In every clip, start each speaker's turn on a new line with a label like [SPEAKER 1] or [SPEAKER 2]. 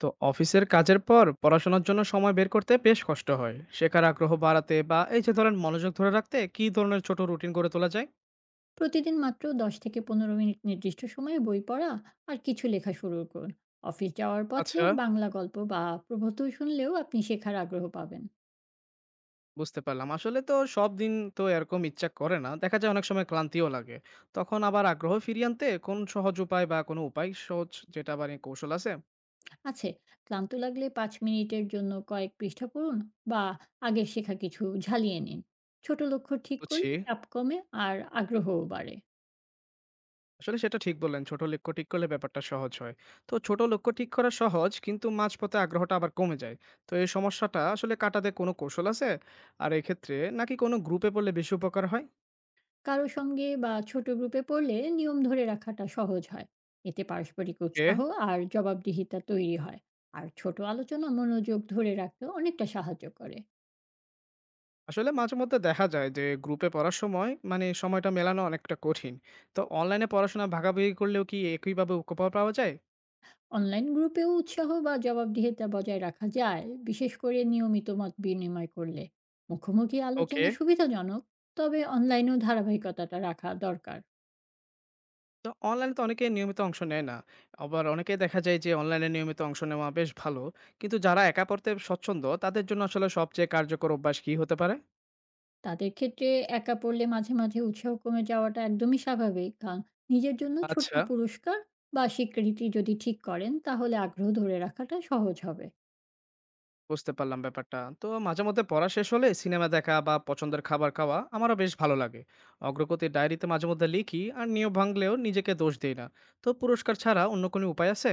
[SPEAKER 1] তো অফিসের কাজের পর পড়াশোনার জন্য সময় বের করতে বেশ কষ্ট হয়। শেখার আগ্রহ বাড়াতে বা এই যে ধরেন মনোযোগ ধরে রাখতে কি ধরনের ছোট রুটিন করে তোলা যায়?
[SPEAKER 2] প্রতিদিন মাত্র ১০ থেকে ১৫ মিনিট নির্দিষ্ট সময়ে বই পড়া আর কিছু লেখা শুরু করুন। অফিস যাওয়ার পথে
[SPEAKER 1] আচ্ছা,
[SPEAKER 2] বাংলা গল্প বা প্রবন্ধ শুনলেও আপনি শেখার আগ্রহ পাবেন।
[SPEAKER 1] বুঝতে পারলাম। আসলে তো সব দিন তো এরকম ইচ্ছা করে না, দেখা যায় অনেক সময় ক্লান্তিও লাগে। তখন আবার আগ্রহ ফিরিয়ে আনতে কোন সহজ উপায় বা কোনো উপায় সহজ যেটা আবার এই কৌশল আছে?
[SPEAKER 2] আছে, ক্লান্ত লাগলে ৫ মিনিটের জন্য কয়েক পৃষ্ঠা পড়ুন বা আগের শেখা কিছু ঝালিয়ে নিন। ছোট লক্ষ্য ঠিক
[SPEAKER 1] বুঝছি।
[SPEAKER 2] করলে চাপ কমে আর আগ্রহও বাড়ে।
[SPEAKER 1] আসলে সেটা ঠিক বললেন। ছোট লক্ষ্য ঠিক করলে ব্যাপারটা সহজ হয়। তো ছোট লক্ষ্য ঠিক করা সহজ, কিন্তু মাঝপথে আগ্রহটা আবার কমে যায়। তো এই সমস্যাটা আসলে কাটাতে কোনো কৌশল আছে? আর এক্ষেত্রে নাকি কোনো গ্রুপে পড়লে বেশি উপকার হয়?
[SPEAKER 2] কারো সঙ্গে বা ছোট গ্রুপে পড়লে নিয়ম ধরে রাখাটা সহজ হয়, এতে পারস্পরিক
[SPEAKER 1] কে
[SPEAKER 2] উৎসাহ আর জবাবদিহিতা তৈরি হয়, আর ছোট আলোচনা মনোযোগ ধরে রাখতে অনেকটা সাহায্য করে।
[SPEAKER 1] আসলে মাঝেমধ্যে দেখা যায় যে গ্রুপে পড়ার সময় মানে সময়টা মেলানো অনেকটা কঠিন। তো অনলাইনে পড়াশোনা ভাগাভাগি করলেও কি একইভাবে উপকার পাওয়া যায়?
[SPEAKER 2] অনলাইন গ্রুপেও উৎসাহ বা জবাবদিহিতা বজায় রাখা যায়, বিশেষ করে নিয়মিত মত বিনিময় করলে। মুখোমুখি
[SPEAKER 1] ওকে।
[SPEAKER 2] আলোচনা সুবিধাজনক, তবে অনলাইনেও ধারাবাহিকতাটা রাখা দরকার।
[SPEAKER 1] তো অনলাইনে তো অনেকে নিয়মিত অংশ নেয় না। আবার অনেকেই দেখা যায় যে অনলাইনে নিয়মিত অংশ নেওয়া বেশ ভালো। কিন্তু যারা একা পড়তে স্বচ্ছন্দ তাদের জন্য আসলে সবচেয়ে কার্যকর অভ্যাস কি হতে পারে?
[SPEAKER 2] তাদের ক্ষেত্রে একা পড়লে মাঝে, মাঝে উৎসাহ কমে যাওয়াটা একদমই স্বাভাবিক। কারণ নিজের জন্য ছোট্ট
[SPEAKER 1] আচ্ছা,
[SPEAKER 2] পুরস্কার বা স্বীকৃতি যদি ঠিক করেন, তাহলে আগ্রহ ধরে রাখাটা সহজ হবে।
[SPEAKER 1] বুঝতে পারলাম ব্যাপারটা। তো মাঝে মধ্যে পড়া শেষ হলে সিনেমা দেখা বা পছন্দের খাবার খাওয়া আমারও বেশ ভালো লাগে। অগ্রগতির ডায়েরিতে মাঝে মধ্যে লিখি আর নিয়ম ভাঙলেও নিজেকে দোষ দেই না। তো পুরস্কার ছাড়া অন্য কোনো উপায় আছে?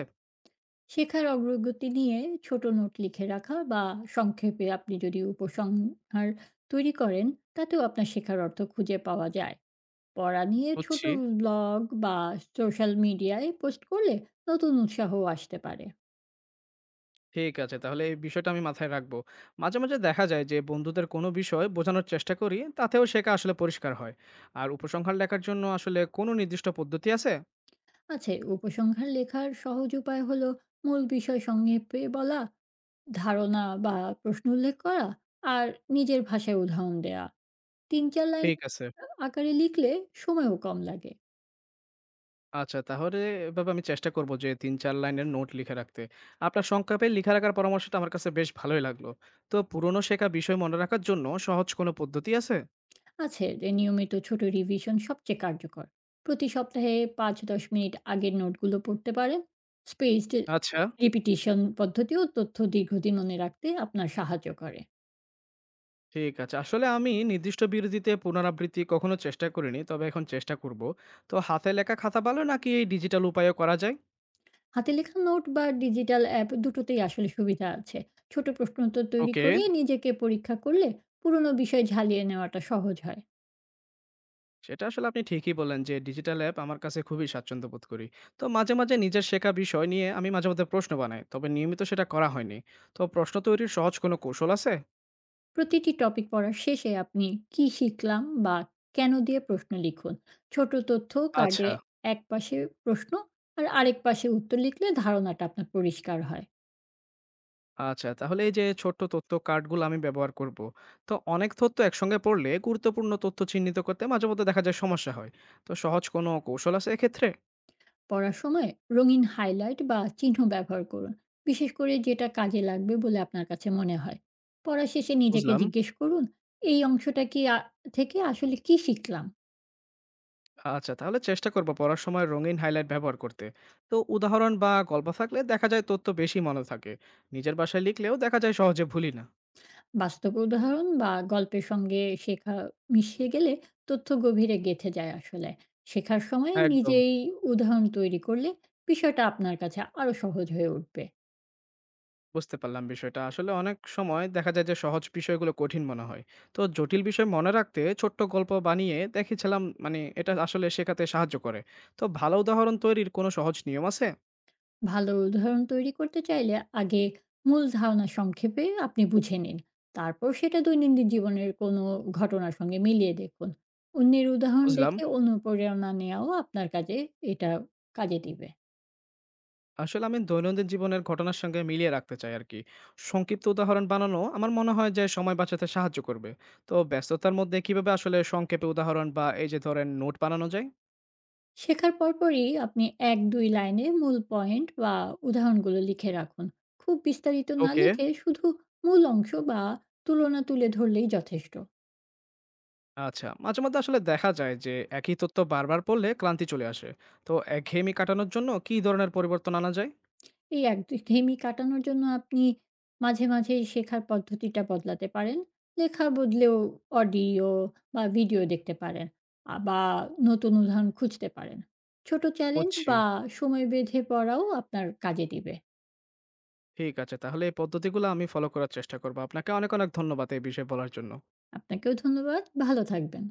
[SPEAKER 2] শেখার অগ্রগতি নিয়ে ছোট নোট লিখে রাখা বা সংক্ষেপে আপনি যদি উপসংহার তৈরি করেন, তাতেও আপনার শেখার অর্থ খুঁজে পাওয়া যায়। পড়া নিয়ে ছোট
[SPEAKER 1] বুঝছি।
[SPEAKER 2] ব্লগ বা সোশ্যাল মিডিয়ায় পোস্ট করলে নতুন উৎসাহও আসতে পারে।
[SPEAKER 1] ঠিক আছে, তাহলে এই বিষয়টা আমি মাথায় রাখবো। মাঝে মাঝে দেখা যায় যে বন্ধুদের কোনো বিষয় বোঝানোর চেষ্টা করি, তাতেও শেখা আসলে পরিষ্কার হয়। আর উপসংহার লেখার জন্য আসলে কোনো নির্দিষ্ট পদ্ধতি আছে?
[SPEAKER 2] আচ্ছা, উপসংহার লেখার সহজ উপায় হলো মূল বিষয় সংক্ষেপে বলা, ধারণা বা প্রশ্ন উল্লেখ করা, আর নিজের ভাষায় উদাহরণ দেয়া। ৩-৪ লাইন
[SPEAKER 1] ঠিক আছে।
[SPEAKER 2] আকারে লিখলে সময়ও কম লাগে।
[SPEAKER 1] আচ্ছা, তাহলে এভাবে আমি চেষ্টা করব যে ৩-৪ লাইনের নোট লিখে রাখতে। আপনার সংক্ষেপে লিখে রাখার পরামর্শটা আমার কাছে বেশ ভালোই লাগলো। তো পুরনো শেখা বিষয় মনে রাখার জন্য সহজ কোনো পদ্ধতি আছে?
[SPEAKER 2] আছে যে, নিয়মিত ছোট রিভিশন সবচেয়ে কার্যকর। প্রতি সপ্তাহে ৫-১০ মিনিট আগের নোটগুলো পড়তে পারেন। স্পেসড
[SPEAKER 1] আচ্ছা।
[SPEAKER 2] রিপিটিশন পদ্ধতিও তথ্য দীর্ঘদিন মনে রাখতে আপনার সাহায্য করে।
[SPEAKER 1] ঠিক আছে। আসলে আমি নির্দিষ্ট বিরতিতে পুনরাবৃত্তি কখনো চেষ্টা করিনি, তবে এখন চেষ্টা করব। তো হাতে লেখা খাতা ভালো নাকি এই ডিজিটাল উপায়েও করা যায়?
[SPEAKER 2] হাতে লেখা নোট বা ডিজিটাল অ্যাপ, দুটোতেই আসলে সুবিধা আছে। ছোট প্রশ্ন উত্তর তৈরি
[SPEAKER 1] ওকে।
[SPEAKER 2] করে নিজেকে পরীক্ষা করলে পুরনো বিষয় ঝালিয়ে নেওয়াটা সহজ হয়।
[SPEAKER 1] সেটা আসলে আপনি ঠিকই বললেন যে ডিজিটাল অ্যাপ আমার কাছে খুবই স্বাচ্ছন্দ্য বোধ করি। তো মাঝে মাঝে নিজের শেখা বিষয় নিয়ে আমি মাঝে মধ্যে প্রশ্ন বানাই, তবে নিয়মিত সেটা করা হয়নি। তো প্রশ্ন তৈরির সহজ কোনো কৌশল আছে?
[SPEAKER 2] প্রতিটি টপিক পড়ার শেষে আপনি "কি শিখলাম" বা "কেন" দিয়ে প্রশ্ন লিখুন। ছোট তথ্য
[SPEAKER 1] আচ্ছা,
[SPEAKER 2] কার্ডে একপাশে প্রশ্ন আর আরেক পাশে উত্তর লিখলে ধারণাটা আপনার পরিষ্কার হয়।
[SPEAKER 1] আচ্ছা। তাহলে এই যে ছোট্ট তথ্য কার্ডগুলো আমি ব্যবহার করব। তো অনেক তথ্য একসঙ্গে পড়লে গুরুত্বপূর্ণ তথ্য চিহ্নিত করতে মাঝে মধ্যে দেখা যায় সমস্যা হয়। তো সহজ কোনো কৌশল আছে এক্ষেত্রে?
[SPEAKER 2] পড়ার সময় রঙিন হাইলাইট বা চিহ্ন ব্যবহার করুন, বিশেষ করে যেটা কাজে লাগবে বলে আপনার কাছে মনে হয়। পড়া শেষে নিজেকে
[SPEAKER 1] বুঝলাম।
[SPEAKER 2] জিজ্ঞেস করুন, "এই অংশটা কি আ থেকে আসলে কী শিখলাম?"
[SPEAKER 1] আচ্ছা, তাহলে চেষ্টা করব পড়ার সময় রঙিন হাইলাইট ব্যবহার করতে। তো উদাহরণ বা গল্প থাকলে দেখা যায় তথ্য বেশি মনে থাকে। নিজের বাসায় লিখলেও দেখা যায় সহজে ভুলি না।
[SPEAKER 2] বাস্তব উদাহরণ বা গল্পের সঙ্গে শেখা মিশিয়ে গেলে তথ্য গভীরে গেঁথে যায়। আসলে শেখার সময়
[SPEAKER 1] একদম।
[SPEAKER 2] নিজেই উদাহরণ তৈরি করলে বিষয়টা আপনার কাছে আরো সহজ হয়ে উঠবে।
[SPEAKER 1] বুঝতে পারলাম বিষয়টা। আসলে অনেক সময় দেখা যায় যে সহজ বিষয়গুলো কঠিন মনে হয়। তো জটিল বিষয় মনে রাখতে ছোট্ট গল্প বানিয়ে দেখেছিলাম, মানে এটা আসলে শেখাতে সাহায্য করে। তো ভালো উদাহরণ তৈরির কোনো সহজ নিয়ম আছে?
[SPEAKER 2] ভালো উদাহরণ তৈরি করতে চাইলে আগে মূল ধারণা সংক্ষেপে আপনি বুঝে নিন, তারপর সেটা দৈনন্দিন জীবনের কোনো ঘটনার সঙ্গে মিলিয়ে দেখুন। অন্যের উদাহরণ
[SPEAKER 1] বুঝলাম।
[SPEAKER 2] দেখে অনুপ্রেরণা নেওয়াও আপনার কাজে, এটা কাজে দিবে।
[SPEAKER 1] আসলে আমি দৈনন্দিন জীবনের ঘটনার সঙ্গে মিলিয়ে রাখতে চাই আরকি। সংক্ষিপ্ত উদাহরণ বানানো আমার মনে হয় যে সময় বাঁচাতে সাহায্য করবে। তো ব্যস্ততার মধ্যে কিভাবে আসলে সংক্ষেপে উদাহরণ বা এই যে ধরেন নোট বানানো যায়?
[SPEAKER 2] শেখার পরপরই আপনি ১-২ লাইনে মূল পয়েন্ট বা উদাহরণগুলো লিখে রাখুন। খুব বিস্তারিত না
[SPEAKER 1] ওকে।
[SPEAKER 2] লিখে শুধু মূল অংশ বা তুলনা তুলে ধরলেই যথেষ্ট।
[SPEAKER 1] আচ্ছা, মাঝে মধ্যে আসলে দেখা যায় যে একই তথ্য বারবার পড়লে ক্লান্তি চলে আসে। তো একঘেয়েমি কাটানোর জন্য কি ধরনের পরিবর্তন আনা যায়?
[SPEAKER 2] এই একঘেয়েমি কাটানোর জন্য আপনি মাঝে, মাঝে শেখার পদ্ধতিটা বদলাতে পারেন। লেখা বদলেও অডিও বা ভিডিও দেখতে পারেন বা নতুন উদাহরণ খুঁজতে পারেন। ছোট চ্যালেঞ্জ
[SPEAKER 1] বুঝছি।
[SPEAKER 2] বা সময় বেঁধে পড়াও আপনার কাজে দিবে।
[SPEAKER 1] ঠিক আছে, তাহলে এই পদ্ধতিগুলো আমি ফলো করার চেষ্টা করব। আপনাকে অনেক, অনেক ধন্যবাদ এই বিষয়ে বলার জন্য।
[SPEAKER 2] আপনাকেও ধন্যবাদ। ভালো থাকবেন।